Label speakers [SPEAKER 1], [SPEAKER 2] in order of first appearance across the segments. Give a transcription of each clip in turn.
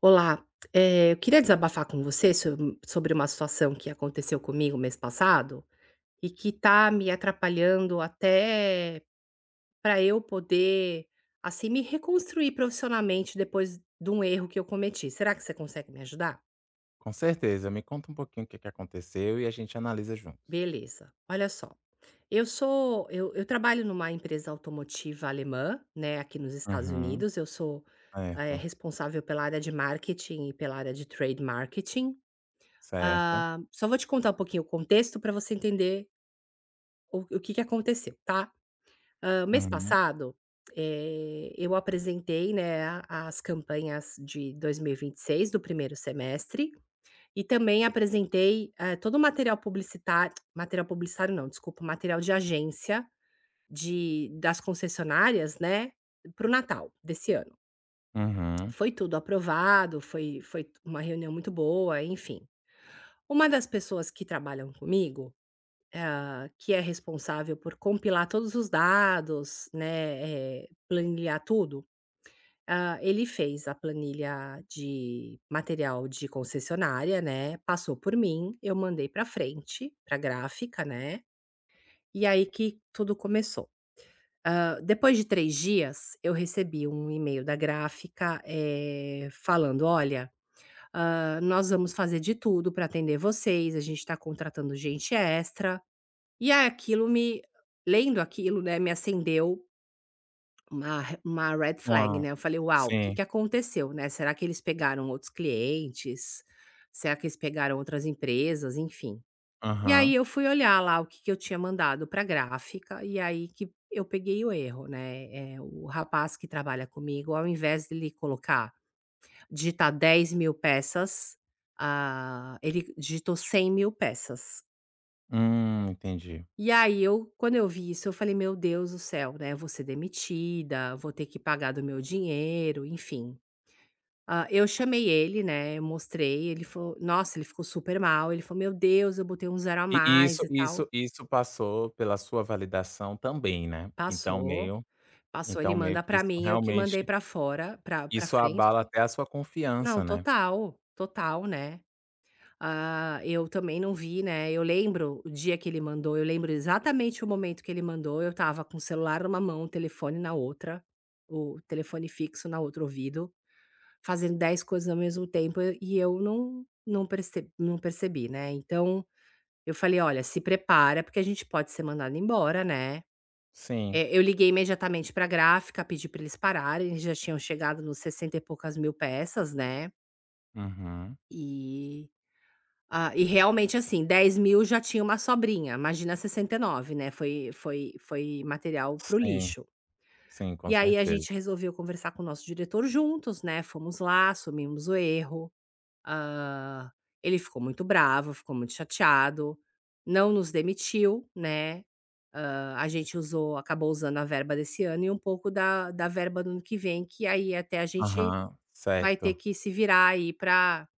[SPEAKER 1] Olá, eu queria desabafar com você sobre uma situação que aconteceu comigo mês passado e que tá me atrapalhando até para eu poder, assim, me reconstruir profissionalmente depois de um erro que eu cometi. Será que você consegue me ajudar?
[SPEAKER 2] Com certeza. Me conta um pouquinho o que que aconteceu e a gente analisa juntos.
[SPEAKER 1] Beleza. Olha só, eu sou eu trabalho numa empresa automotiva alemã, né, aqui nos Estados
[SPEAKER 2] Uhum.
[SPEAKER 1] Unidos. Eu sou,
[SPEAKER 2] Certo,
[SPEAKER 1] responsável pela área de marketing e pela área de trade marketing.
[SPEAKER 2] certo.
[SPEAKER 1] Ah, só vou te contar um pouquinho o contexto para você entender o que que aconteceu, tá. Mês
[SPEAKER 2] Uhum,
[SPEAKER 1] passado, eu apresentei, né, a as campanhas de 2026 do primeiro semestre e também apresentei, todo o material publicitário não, desculpa, material de agência de das concessionárias, né, para o Natal desse ano.
[SPEAKER 2] uhum.
[SPEAKER 1] Foi tudo aprovado, foi uma reunião muito boa, enfim. Uma das pessoas que trabalham comigo que é responsável por compilar todos os dados, né, planilhar tudo, ele fez a planilha de material de concessionária, né, passou por mim, eu mandei para frente, para gráfica, né, e aí que tudo começou. Depois de 3 dias, eu recebi um e-mail da gráfica, falando: "Olha, nós vamos fazer de tudo para atender vocês, a gente está contratando gente extra". E aí aquilo me lendo aquilo, né, me acendeu uma red flag,
[SPEAKER 2] Uma
[SPEAKER 1] né, eu falei: "Uau, o que
[SPEAKER 2] Sim,
[SPEAKER 1] que aconteceu, né, será que eles pegaram outros clientes? Será que eles pegaram outras empresas?", enfim. E aí
[SPEAKER 2] aham.
[SPEAKER 1] eu fui olhar lá o que que eu tinha mandado para gráfica, e aí que eu peguei o erro, né, o rapaz que trabalha comigo, ao invés dele colocar digitar 10.000 peças, ele digitou 100.000 peças.
[SPEAKER 2] Entendi.
[SPEAKER 1] E aí eu quando eu vi isso eu falei: "Meu Deus do céu, né, eu vou ser demitida, vou ter que pagar do meu dinheiro", enfim. Eu chamei ele, né, eu mostrei, ele falou nossa, ele ficou super mal, ele falou: "Meu Deus, eu botei um zero a
[SPEAKER 2] E
[SPEAKER 1] mais
[SPEAKER 2] isso
[SPEAKER 1] e tal".
[SPEAKER 2] isso isso passou pela sua validação também, né. Então
[SPEAKER 1] Passou,
[SPEAKER 2] meio
[SPEAKER 1] passou, ele
[SPEAKER 2] então meio
[SPEAKER 1] manda
[SPEAKER 2] que
[SPEAKER 1] pra
[SPEAKER 2] isso
[SPEAKER 1] mim, eu que mandei
[SPEAKER 2] realmente
[SPEAKER 1] pra fora pra
[SPEAKER 2] isso abala
[SPEAKER 1] frente.
[SPEAKER 2] até a sua
[SPEAKER 1] Não,
[SPEAKER 2] confiança, né.
[SPEAKER 1] total, total, né. Eu também não vi, né, eu lembro o dia que ele mandou, eu lembro exatamente o momento que ele mandou, eu estava com o celular numa mão, o telefone na outra, o telefone fixo na outro ouvido, fazendo 10 coisas ao mesmo tempo e eu não percebi, não percebi, né, então, eu falei: "Olha, se prepara porque a gente pode ser mandado embora, né".
[SPEAKER 2] Sim.
[SPEAKER 1] Eu liguei imediatamente pra gráfica, pedi pra eles pararem, eles já tinham chegado nos 60 e poucas mil peças, né,
[SPEAKER 2] Uhum.
[SPEAKER 1] e e realmente assim, 10.000 já tinha uma sobrinha, imagina 69, né, foi foi material para o
[SPEAKER 2] Sim,
[SPEAKER 1] lixo.
[SPEAKER 2] sim, com
[SPEAKER 1] E aí a
[SPEAKER 2] certeza.
[SPEAKER 1] gente resolveu conversar com o nosso diretor juntos, né, fomos lá, assumimos o erro, hã, ele ficou muito bravo, ficou muito chateado, não nos demitiu, né, a gente usou acabou usando a verba desse ano e um pouco da verba do ano que vem, que aí até a gente
[SPEAKER 2] Aham,
[SPEAKER 1] vai ter
[SPEAKER 2] certo.
[SPEAKER 1] que se virar aí para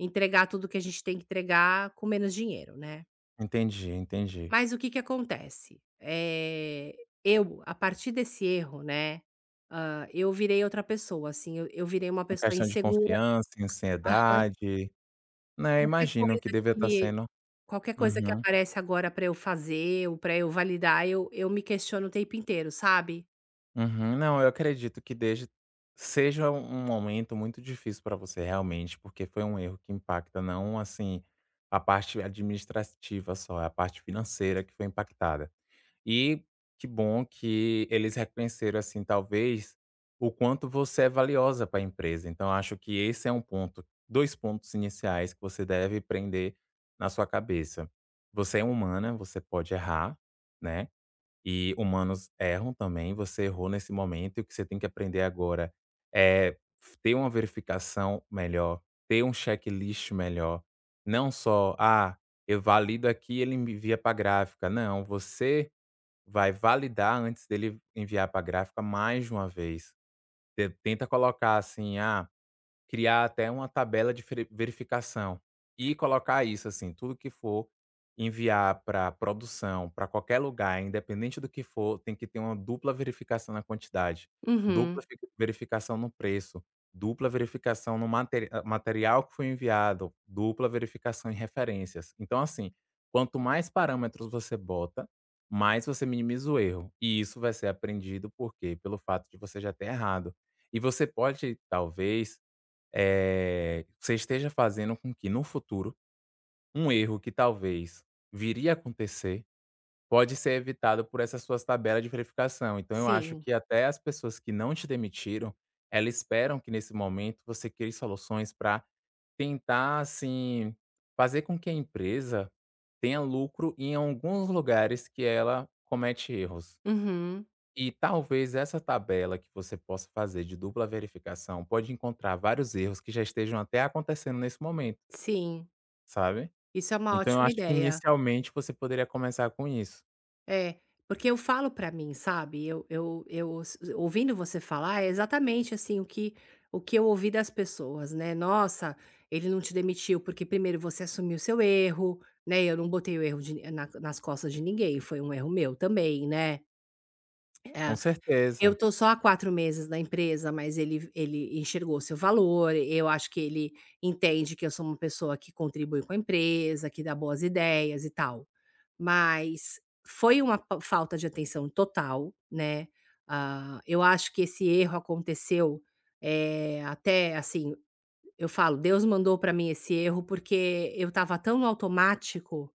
[SPEAKER 1] entregar tudo que a gente tem que entregar com menos dinheiro, né.
[SPEAKER 2] Entendi, entendi.
[SPEAKER 1] Mas o que que acontece? Eu, a partir desse erro, né, eu virei outra pessoa, assim, eu virei uma
[SPEAKER 2] Uma
[SPEAKER 1] pessoa
[SPEAKER 2] questão de
[SPEAKER 1] insegura.
[SPEAKER 2] confiança,
[SPEAKER 1] Ai,
[SPEAKER 2] ansiedade, né,
[SPEAKER 1] qualquer
[SPEAKER 2] imagino que
[SPEAKER 1] coisa
[SPEAKER 2] devia estar
[SPEAKER 1] que
[SPEAKER 2] sendo
[SPEAKER 1] qualquer coisa que
[SPEAKER 2] uhum,
[SPEAKER 1] aparece agora pra eu fazer ou pra eu validar, eu me questiono o tempo inteiro, sabe?
[SPEAKER 2] uhum. Não, eu acredito que desde seja um momento muito difícil para você realmente, porque foi um erro que impacta não, assim, a parte administrativa só, é a parte financeira que foi impactada. E que bom que eles reconheceram, assim, talvez, o quanto você é valiosa para a empresa. Então, acho que esse é um ponto, 2 pontos iniciais que você deve prender na sua cabeça. Você é humana, você pode errar, né, e humanos erram também. Você errou nesse momento e o que você tem que aprender agora é ter uma verificação melhor, ter um checklist melhor. Não só: "Ah, eu valido aqui, ele me envia para gráfica". Não, você vai validar antes dele enviar pra gráfica mais de uma vez. Te tenta colocar assim: "Ah, criar até uma tabela de feri verificação e colocar isso, assim, tudo que for enviar para produção, para qualquer lugar, independente do que for, tem que ter uma dupla verificação na quantidade,
[SPEAKER 1] Uhum,
[SPEAKER 2] dupla fi verificação no preço, dupla verificação no material que foi enviado, dupla verificação em referências. Então, assim, quanto mais parâmetros você bota, mais você minimiza o erro. E isso vai ser aprendido por quê? Pelo fato de você já ter errado. E você pode, talvez, você esteja fazendo com que, no futuro, um erro que talvez viria a acontecer, pode ser evitado por essas suas tabelas de verificação. Então eu acho
[SPEAKER 1] sim.
[SPEAKER 2] que até as pessoas que não te demitiram, elas esperam que nesse momento você crie soluções para tentar, assim, fazer com que a empresa tenha lucro em alguns lugares que ela comete erros.
[SPEAKER 1] Uhum,
[SPEAKER 2] E talvez essa tabela que você possa fazer de dupla verificação pode encontrar vários erros que já estejam até acontecendo nesse momento,
[SPEAKER 1] sim.
[SPEAKER 2] sabe.
[SPEAKER 1] Isso é uma
[SPEAKER 2] Então eu
[SPEAKER 1] ótima
[SPEAKER 2] acho que
[SPEAKER 1] ideia.
[SPEAKER 2] inicialmente você poderia começar com isso.
[SPEAKER 1] É, porque eu falo pra mim, sabe, eu s ouvindo você falar é exatamente, assim, o que eu ouvi das pessoas, né. "Nossa, ele não te demitiu porque primeiro você assumiu seu erro", né, eu não botei o erro nas costas de ninguém, foi um erro meu também, né. É,
[SPEAKER 2] Com
[SPEAKER 1] eu
[SPEAKER 2] certeza.
[SPEAKER 1] tô só há 4 meses na empresa, mas ele enxergou seu valor, eu acho que ele entende que eu sou uma pessoa que contribui com a empresa, que dá boas ideias e tal. Mas foi uma pa falta de atenção total, né, eu acho que esse erro aconteceu, até assim, eu falo: "Deus mandou pra mim esse erro", porque eu estava tão no automático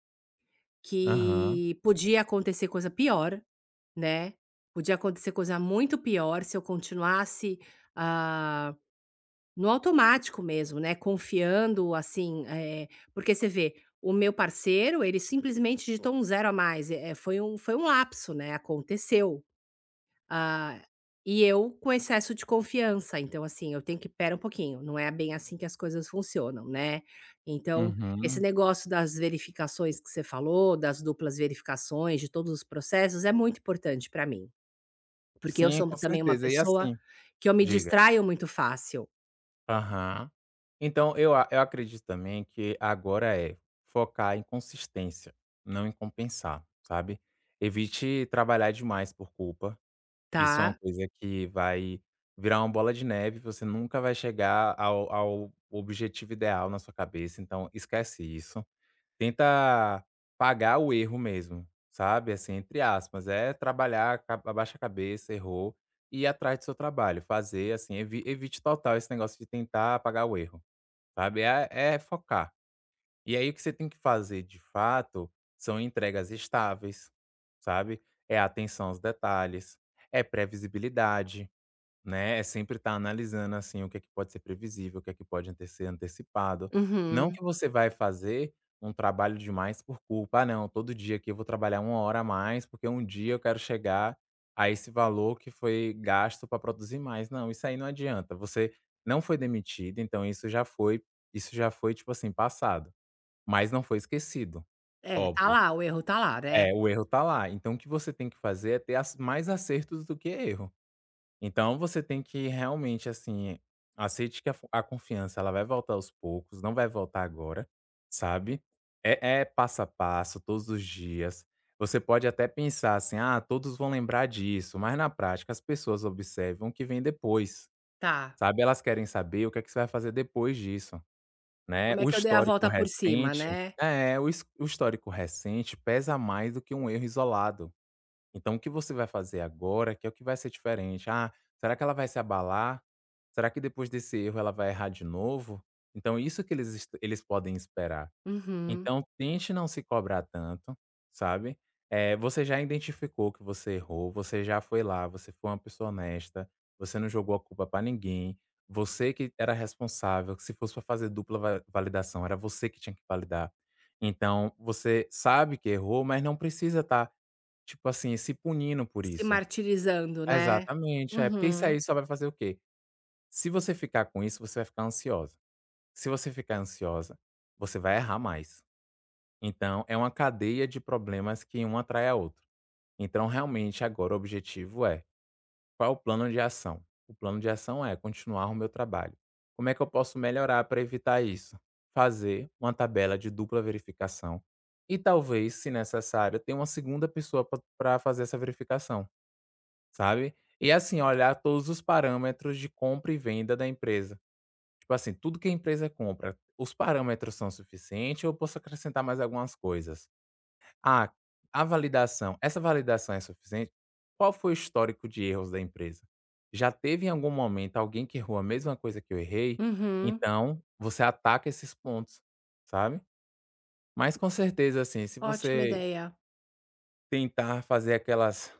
[SPEAKER 2] Aham.
[SPEAKER 1] que podia acontecer coisa pior, né, podia acontecer coisa muito pior se eu continuasse, ah, no automático mesmo, né, confiando assim, porque você vê, o meu parceiro ele simplesmente digitou um zero a mais, foi um lapso, né, aconteceu. Ah, e eu com excesso de confiança, então assim, eu tenho que espera um pouquinho, não é bem assim que as coisas funcionam, né. Então, esse
[SPEAKER 2] Uhum.
[SPEAKER 1] negócio das verificações que você falou, das duplas verificações, de todos os processos é muito importante para mim. Porque eu
[SPEAKER 2] Sim,
[SPEAKER 1] sou
[SPEAKER 2] com
[SPEAKER 1] também uma
[SPEAKER 2] certeza. E
[SPEAKER 1] pessoa
[SPEAKER 2] assim
[SPEAKER 1] que eu me
[SPEAKER 2] diga.
[SPEAKER 1] distraio muito fácil,
[SPEAKER 2] Aham. Então eu a eu acredito também que agora é focar em consistência, não em compensar, sabe. Evite trabalhar demais por culpa. Isso é uma
[SPEAKER 1] tá.
[SPEAKER 2] coisa que vai virar uma bola de neve, você nunca vai chegar ao objetivo ideal na sua cabeça, então esquece isso. Tenta pagar o erro mesmo, sabe, assim, entre aspas, é trabalhar, ca abaixa a cabeça, errou, e ir atrás do seu trabalho, fazer assim, evite total esse negócio de tentar apagar o erro, sabe, é focar. E aí o que você tem que fazer de fato são entregas estáveis, sabe? É atenção aos detalhes, é previsibilidade, né? É sempre estar analisando assim o que é que pode ser previsível, o que é que pode ser antecipado. Não
[SPEAKER 1] Uhum.
[SPEAKER 2] que você vai fazer um trabalho demais por culpa, ah, não, todo dia aqui eu vou trabalhar uma hora a mais, porque um dia eu quero chegar a esse valor que foi gasto para produzir mais. Não, isso aí não adianta. Você não foi demitido, então isso já foi tipo assim, passado mas não foi esquecido,
[SPEAKER 1] É, tá
[SPEAKER 2] óbvio.
[SPEAKER 1] lá, o erro tá lá, né.
[SPEAKER 2] É, o erro tá lá, então o que você tem que fazer é ter ac mais acertos do que erro. Então você tem que realmente, assim, aceite que a confiança ela vai voltar aos poucos, não vai voltar agora, sabe. É passo a passo, todos os dias. Você pode até pensar assim: "Ah, todos vão lembrar disso", mas na prática as pessoas observam o que vem depois,
[SPEAKER 1] Tá.
[SPEAKER 2] sabe. Elas querem saber o que é que você vai fazer depois disso. Né,
[SPEAKER 1] Como é
[SPEAKER 2] o
[SPEAKER 1] que eu dei a
[SPEAKER 2] histórico
[SPEAKER 1] volta por cima, né.
[SPEAKER 2] recente é, o histórico recente pesa mais do que um erro isolado. Então o que você vai fazer agora que é o que vai ser diferente. "Ah, será que ela vai se abalar? Será que depois desse erro ela vai errar de novo?" Então isso que eles podem esperar.
[SPEAKER 1] Uhum.
[SPEAKER 2] Então tente não se cobrar tanto, sabe. Você já identificou que você errou, você já foi lá, você foi uma pessoa honesta, você não jogou a culpa pra ninguém, você que era responsável, que se fosse pra fazer dupla va validação, era você que tinha que validar. Então você sabe que errou, mas não precisa estar, tipo assim, se punindo por
[SPEAKER 1] Se
[SPEAKER 2] isso.
[SPEAKER 1] martirizando, né.
[SPEAKER 2] Exatamente, é, porque isso
[SPEAKER 1] Uhum.
[SPEAKER 2] aí só vai fazer o quê? Se você ficar com isso, você vai ficar ansiosa. Se você ficar ansiosa, você vai errar mais. Então, é uma cadeia de problemas que um atrai a outro. Então, realmente, agora o objetivo é: qual é o plano de ação? O plano de ação é continuar o meu trabalho. Como é que eu posso melhorar para evitar isso? Fazer uma tabela de dupla verificação e talvez, se necessário, ter uma segunda pessoa para fazer essa verificação, sabe? E assim, olhar todos os parâmetros de compra e venda da empresa. Tipo assim, tudo que a empresa compra, os parâmetros são suficientes ou eu posso acrescentar mais algumas coisas? Ah, a validação. Essa validação é suficiente? Qual foi o histórico de erros da empresa? Já teve em algum momento alguém que errou a mesma coisa que eu errei?
[SPEAKER 1] Uhum.
[SPEAKER 2] Então, você ataca esses pontos, sabe? Mas com certeza, assim, se
[SPEAKER 1] Ótima
[SPEAKER 2] você
[SPEAKER 1] ideia.
[SPEAKER 2] tentar fazer aquelas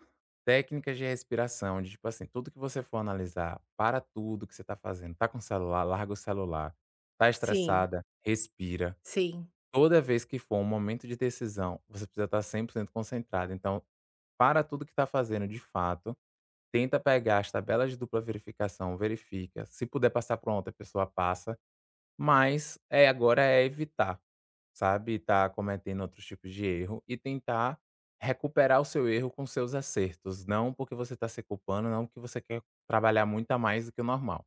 [SPEAKER 2] técnicas de respiração, de tipo assim, tudo que você for analisar, para tudo que você está fazendo. Tá com o celular, larga o celular. Tá
[SPEAKER 1] Sim,
[SPEAKER 2] estressada, respira.
[SPEAKER 1] sim.
[SPEAKER 2] Toda vez que for um momento de decisão, você precisa estar 100% concentrado. Então para tudo que está fazendo de fato, tenta pegar as tabelas de dupla verificação, verifica, se puder passar para outra pessoa passa, mas, agora é evitar, sabe, estar cometendo outros tipos de erro e tentar recuperar o seu erro com seus acertos, não porque você está se culpando, não porque você quer trabalhar muito a mais do que o normal.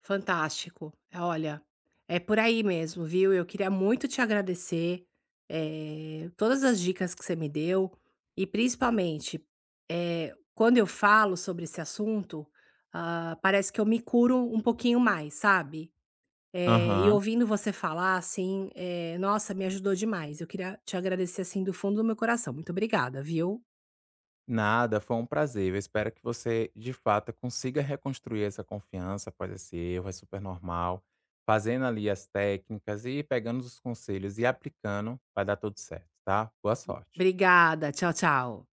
[SPEAKER 1] Fantástico. Olha, é por aí mesmo, viu? Eu queria muito te agradecer, todas as dicas que você me deu e principalmente, quando eu falo sobre esse assunto, parece que eu me curo um pouquinho mais, sabe? E
[SPEAKER 2] Aham.
[SPEAKER 1] ouvindo você falar assim, nossa, me ajudou demais. Eu queria te agradecer assim do fundo do meu coração. Muito obrigada, viu?
[SPEAKER 2] Nada, foi um prazer. Eu espero que você, de fato, consiga reconstruir essa confiança após esse erro, é super normal. Fazendo ali as técnicas e pegando os conselhos e aplicando, vai dar tudo certo, tá? Boa sorte.
[SPEAKER 1] Obrigada. Tchau, tchau.